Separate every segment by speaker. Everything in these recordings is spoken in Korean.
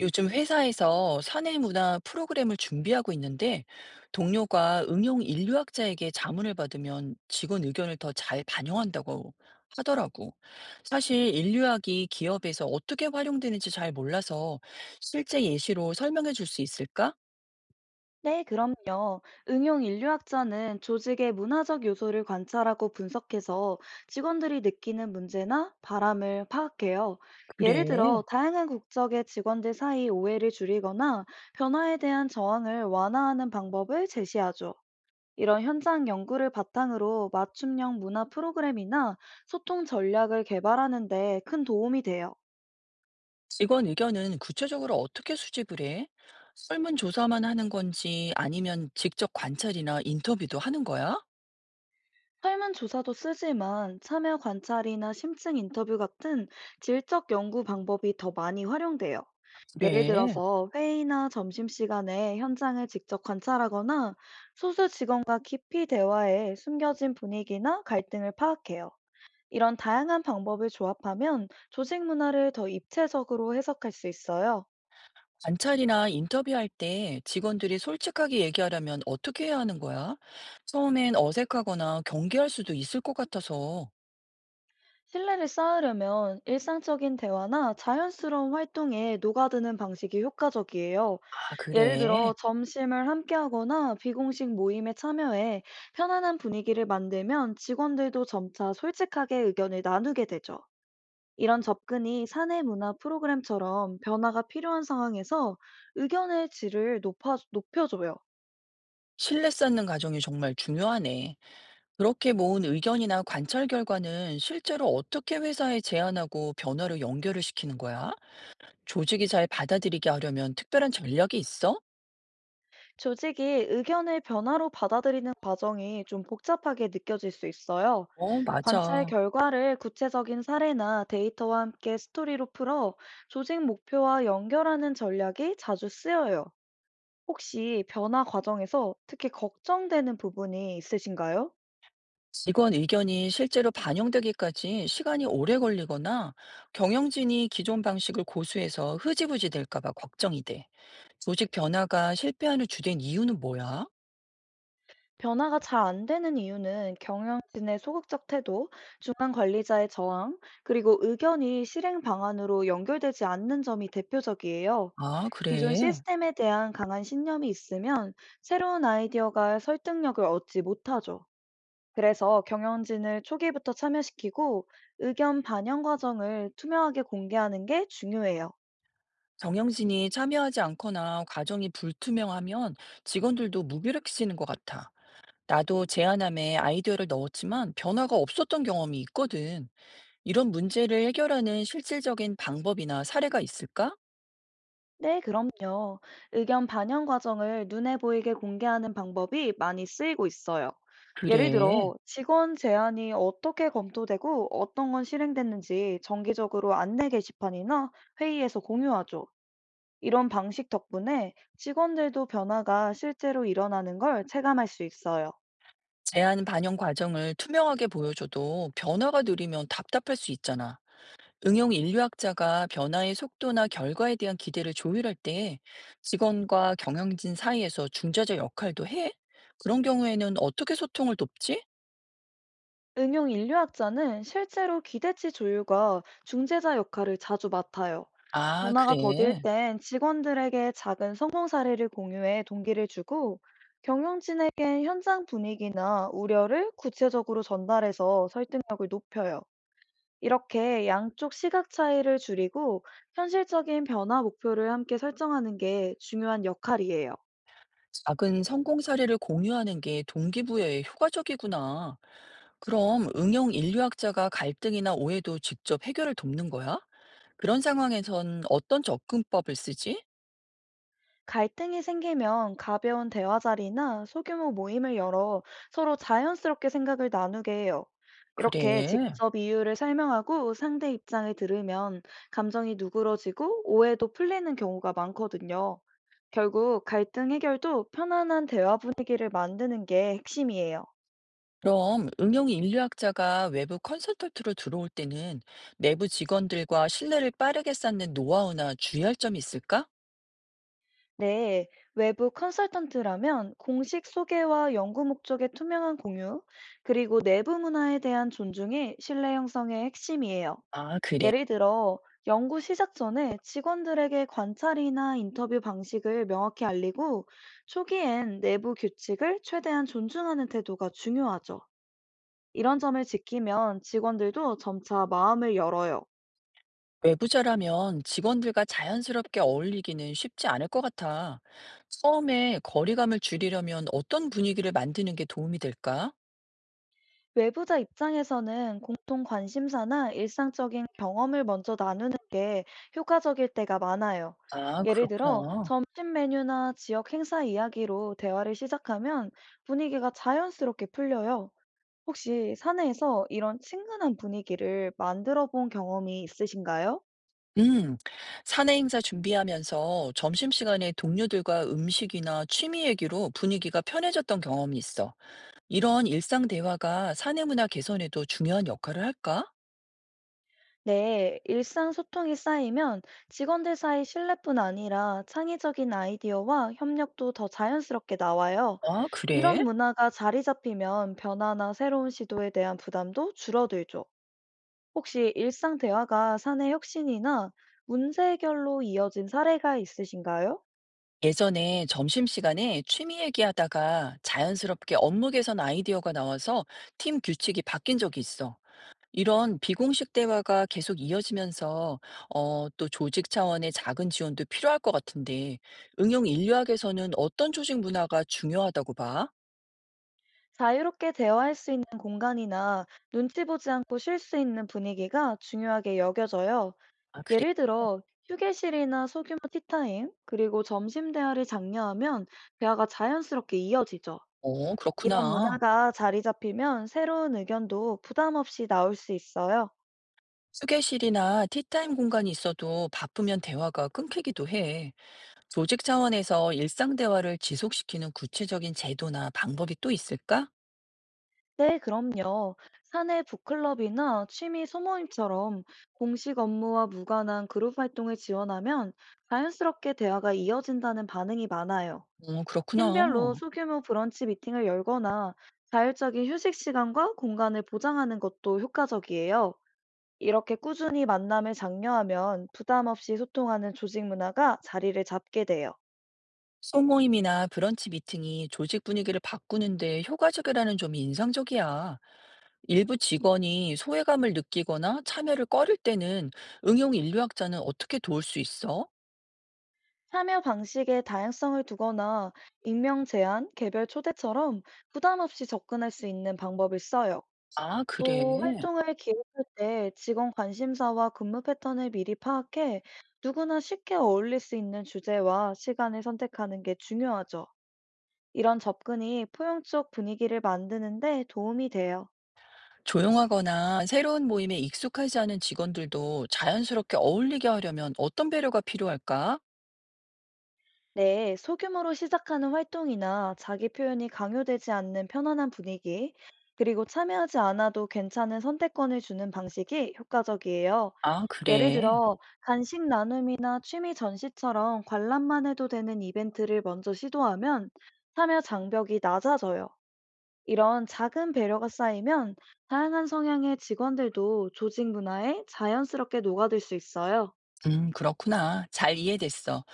Speaker 1: 요즘 회사에서 사내 문화 프로그램을 준비하고 있는데 동료가 응용 인류학자에게 자문을 받으면 직원 의견을 더 잘 반영한다고 하더라고. 사실 인류학이 기업에서 어떻게 활용되는지 잘 몰라서 실제 예시로 설명해 줄 수 있을까?
Speaker 2: 네, 그럼요. 응용 인류학자는 조직의 문화적 요소를 관찰하고 분석해서 직원들이 느끼는 문제나 바람을 파악해요. 예를
Speaker 1: 그래.
Speaker 2: 들어, 다양한 국적의 직원들 사이 오해를 줄이거나 변화에 대한 저항을 완화하는 방법을 제시하죠. 이런 현장 연구를 바탕으로 맞춤형 문화 프로그램이나 소통 전략을 개발하는 데 큰 도움이 돼요.
Speaker 1: 직원 의견은 구체적으로 어떻게 수집을 해? 설문조사만 하는 건지 아니면 직접 관찰이나 인터뷰도 하는 거야?
Speaker 2: 설문조사도 쓰지만 참여 관찰이나 심층 인터뷰 같은 질적 연구 방법이 더 많이 활용돼요. 예를
Speaker 1: 그래.
Speaker 2: 들어서 회의나 점심시간에 현장을 직접 관찰하거나 소수 직원과 깊이 대화해 숨겨진 분위기나 갈등을 파악해요. 이런 다양한 방법을 조합하면 조직 문화를 더 입체적으로 해석할 수 있어요.
Speaker 1: 관찰이나 인터뷰할 때 직원들이 솔직하게 얘기하려면 어떻게 해야 하는 거야? 처음엔 어색하거나 경계할 수도 있을 것 같아서.
Speaker 2: 신뢰를 쌓으려면 일상적인 대화나 자연스러운 활동에 녹아드는 방식이 효과적이에요.
Speaker 1: 아,
Speaker 2: 예를
Speaker 1: 그래.
Speaker 2: 들어 점심을 함께 하거나 비공식 모임에 참여해 편안한 분위기를 만들면 직원들도 점차 솔직하게 의견을 나누게 되죠. 이런 접근이 사내 문화 프로그램처럼 변화가 필요한 상황에서 의견의 질을 높여줘요.
Speaker 1: 신뢰 쌓는 과정이 정말 중요하네. 그렇게 모은 의견이나 관찰 결과는 실제로 어떻게 회사에 제안하고 변화로 연결을 시키는 거야? 조직이 잘 받아들이게 하려면 특별한 전략이 있어?
Speaker 2: 조직이 의견을 변화로 받아들이는 과정이 좀 복잡하게 느껴질 수 있어요.
Speaker 1: 어,
Speaker 2: 관찰
Speaker 1: 맞아.
Speaker 2: 결과를 구체적인 사례나 데이터와 함께 스토리로 풀어 조직 목표와 연결하는 전략이 자주 쓰여요. 혹시 변화 과정에서 특히 걱정되는 부분이 있으신가요?
Speaker 1: 직원 의견이 실제로 반영되기까지 시간이 오래 걸리거나 경영진이 기존 방식을 고수해서 흐지부지 될까 봐 걱정이 돼. 조직 변화가 실패하는 주된 이유는 뭐야?
Speaker 2: 변화가 잘 안 되는 이유는 경영진의 소극적 태도, 중간 관리자의 저항, 그리고 의견이 실행 방안으로 연결되지 않는 점이 대표적이에요.
Speaker 1: 아,
Speaker 2: 기존
Speaker 1: 그래.
Speaker 2: 시스템에 대한 강한 신념이 있으면 새로운 아이디어가 설득력을 얻지 못하죠. 그래서 경영진을 초기부터 참여시키고 의견 반영 과정을 투명하게 공개하는 게 중요해요.
Speaker 1: 경영진이 참여하지 않거나 과정이 불투명하면 직원들도 무기력해지는 것 같아. 나도 제안함에 아이디어를 넣었지만 변화가 없었던 경험이 있거든. 이런 문제를 해결하는 실질적인 방법이나 사례가 있을까?
Speaker 2: 네, 그럼요. 의견 반영 과정을 눈에 보이게 공개하는 방법이 많이 쓰이고 있어요. 예를
Speaker 1: 그래.
Speaker 2: 들어, 직원 제안이 어떻게 검토되고 어떤 건 실행됐는지 정기적으로 안내 게시판이나 회의에서 공유하죠. 이런 방식 덕분에 직원들도 변화가 실제로 일어나는 걸 체감할 수 있어요.
Speaker 1: 제안 반영 과정을 투명하게 보여줘도 변화가 느리면 답답할 수 있잖아. 응용 인류학자가 변화의 속도나 결과에 대한 기대를 조율할 때 직원과 경영진 사이에서 중재자 역할도 해? 그런 경우에는 어떻게 소통을 돕지?
Speaker 2: 응용 인류학자는 실제로 기대치 조율과 중재자 역할을 자주 맡아요.
Speaker 1: 아,
Speaker 2: 변화가 더딜
Speaker 1: 그래.
Speaker 2: 땐 직원들에게 작은 성공 사례를 공유해 동기를 주고 경영진에겐 현장 분위기나 우려를 구체적으로 전달해서 설득력을 높여요. 이렇게 양쪽 시각 차이를 줄이고 현실적인 변화 목표를 함께 설정하는 게 중요한 역할이에요.
Speaker 1: 작은 성공 사례를 공유하는 게 동기부여에 효과적이구나. 그럼 응용 인류학자가 갈등이나 오해도 직접 해결을 돕는 거야? 그런 상황에선 어떤 접근법을 쓰지?
Speaker 2: 갈등이 생기면 가벼운 대화 자리나 소규모 모임을 열어 서로 자연스럽게 생각을 나누게 해요. 이렇게
Speaker 1: 그래.
Speaker 2: 직접 이유를 설명하고 상대 입장을 들으면 감정이 누그러지고 오해도 풀리는 경우가 많거든요. 결국 갈등 해결도 편안한 대화 분위기를 만드는 게 핵심이에요.
Speaker 1: 그럼 응용 인류학자가 외부 컨설턴트로 들어올 때는 내부 직원들과 신뢰를 빠르게 쌓는 노하우나 주의할 점이 있을까?
Speaker 2: 네, 외부 컨설턴트라면 공식 소개와 연구 목적의 투명한 공유, 그리고 내부 문화에 대한 존중이 신뢰 형성의 핵심이에요.
Speaker 1: 아, 그래.
Speaker 2: 예를 들어, 연구 시작 전에 직원들에게 관찰이나 인터뷰 방식을 명확히 알리고, 초기엔 내부 규칙을 최대한 존중하는 태도가 중요하죠. 이런 점을 지키면 직원들도 점차 마음을 열어요.
Speaker 1: 외부자라면 직원들과 자연스럽게 어울리기는 쉽지 않을 것 같아. 처음에 거리감을 줄이려면 어떤 분위기를 만드는 게 도움이 될까?
Speaker 2: 외부자 입장에서는 공통 관심사나 일상적인 경험을 먼저 나누는 게 효과적일 때가 많아요.
Speaker 1: 아,
Speaker 2: 예를 들어,
Speaker 1: 그렇구나.
Speaker 2: 점심 메뉴나 지역 행사 이야기로 대화를 시작하면 분위기가 자연스럽게 풀려요. 혹시 산에서 이런 친근한 분위기를 만들어 본 경험이 있으신가요?
Speaker 1: 음, 사내 행사 준비하면서 점심시간에 동료들과 음식이나 취미 얘기로 분위기가 편해졌던 경험이 있어. 이런 일상 대화가 사내 문화 개선에도 중요한 역할을 할까?
Speaker 2: 네, 일상 소통이 쌓이면 직원들 사이 신뢰뿐 아니라 창의적인 아이디어와 협력도 더 자연스럽게 나와요.
Speaker 1: 아, 그래?
Speaker 2: 이런 문화가 자리 잡히면 변화나 새로운 시도에 대한 부담도 줄어들죠. 혹시 일상 대화가 사내 혁신이나 문제 해결로 이어진 사례가 있으신가요?
Speaker 1: 예전에 점심시간에 취미 얘기하다가 자연스럽게 업무 개선 아이디어가 나와서 팀 규칙이 바뀐 적이 있어. 이런 비공식 대화가 계속 이어지면서, 또 조직 차원의 작은 지원도 필요할 것 같은데, 응용 인류학에서는 어떤 조직 문화가 중요하다고 봐?
Speaker 2: 자유롭게 대화할 수 있는 공간이나 눈치 보지 않고 쉴 수 있는 분위기가 중요하게 여겨져요.
Speaker 1: 아, 그래?
Speaker 2: 예를 들어, 휴게실이나 소규모 티타임, 그리고 점심 대화를 장려하면 대화가 자연스럽게 이어지죠.
Speaker 1: 어,
Speaker 2: 이런
Speaker 1: 그렇구나.
Speaker 2: 문화가 자리 잡히면 새로운 의견도 부담 없이 나올 수 있어요.
Speaker 1: 휴게실이나 티타임 공간이 있어도 바쁘면 대화가 끊기기도 해. 조직 차원에서 일상 대화를 지속시키는 구체적인 제도나 방법이 또 있을까?
Speaker 2: 네, 그럼요. 사내 북클럽이나 취미 소모임처럼 공식 업무와 무관한 그룹 활동을 지원하면 자연스럽게 대화가 이어진다는 반응이 많아요.
Speaker 1: 어, 그렇구나.
Speaker 2: 팀별로 소규모 브런치 미팅을 열거나 자율적인 휴식 시간과 공간을 보장하는 것도 효과적이에요. 이렇게 꾸준히 만남을 장려하면 부담 없이 소통하는 조직 문화가 자리를 잡게 돼요.
Speaker 1: 소모임이나 브런치 미팅이 조직 분위기를 바꾸는데 효과적이라는 점이 인상적이야. 일부 직원이 소외감을 느끼거나 참여를 꺼릴 때는 응용 인류학자는 어떻게 도울 수 있어?
Speaker 2: 참여 방식에 다양성을 두거나 익명 제한, 개별 초대처럼 부담 없이 접근할 수 있는 방법을 써요.
Speaker 1: 아,
Speaker 2: 또
Speaker 1: 그래.
Speaker 2: 활동을 기획할 때 직원 관심사와 근무 패턴을 미리 파악해 누구나 쉽게 어울릴 수 있는 주제와 시간을 선택하는 게 중요하죠. 이런 접근이 포용 쪽 분위기를 만드는데 도움이 돼요.
Speaker 1: 조용하거나 새로운 모임에 익숙하지 않은 직원들도 자연스럽게 어울리게 하려면 어떤 배려가 필요할까?
Speaker 2: 네, 소규모로 시작하는 활동이나 자기 표현이 강요되지 않는 편안한 분위기, 그리고 참여하지 않아도 괜찮은 선택권을 주는 방식이 효과적이에요.
Speaker 1: 아,
Speaker 2: 예를
Speaker 1: 그래.
Speaker 2: 들어, 간식 나눔이나 취미 전시처럼 관람만 해도 되는 이벤트를 먼저 시도하면 참여 장벽이 낮아져요. 이런 작은 배려가 쌓이면 다양한 성향의 직원들도 조직 문화에 자연스럽게 녹아들 수 있어요.
Speaker 1: 그렇구나. 잘 이해됐어.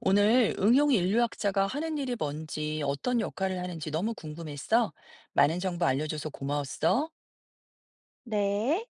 Speaker 1: 오늘 응용 인류학자가 하는 일이 뭔지, 어떤 역할을 하는지 너무 궁금했어. 많은 정보 알려줘서 고마웠어.
Speaker 2: 네.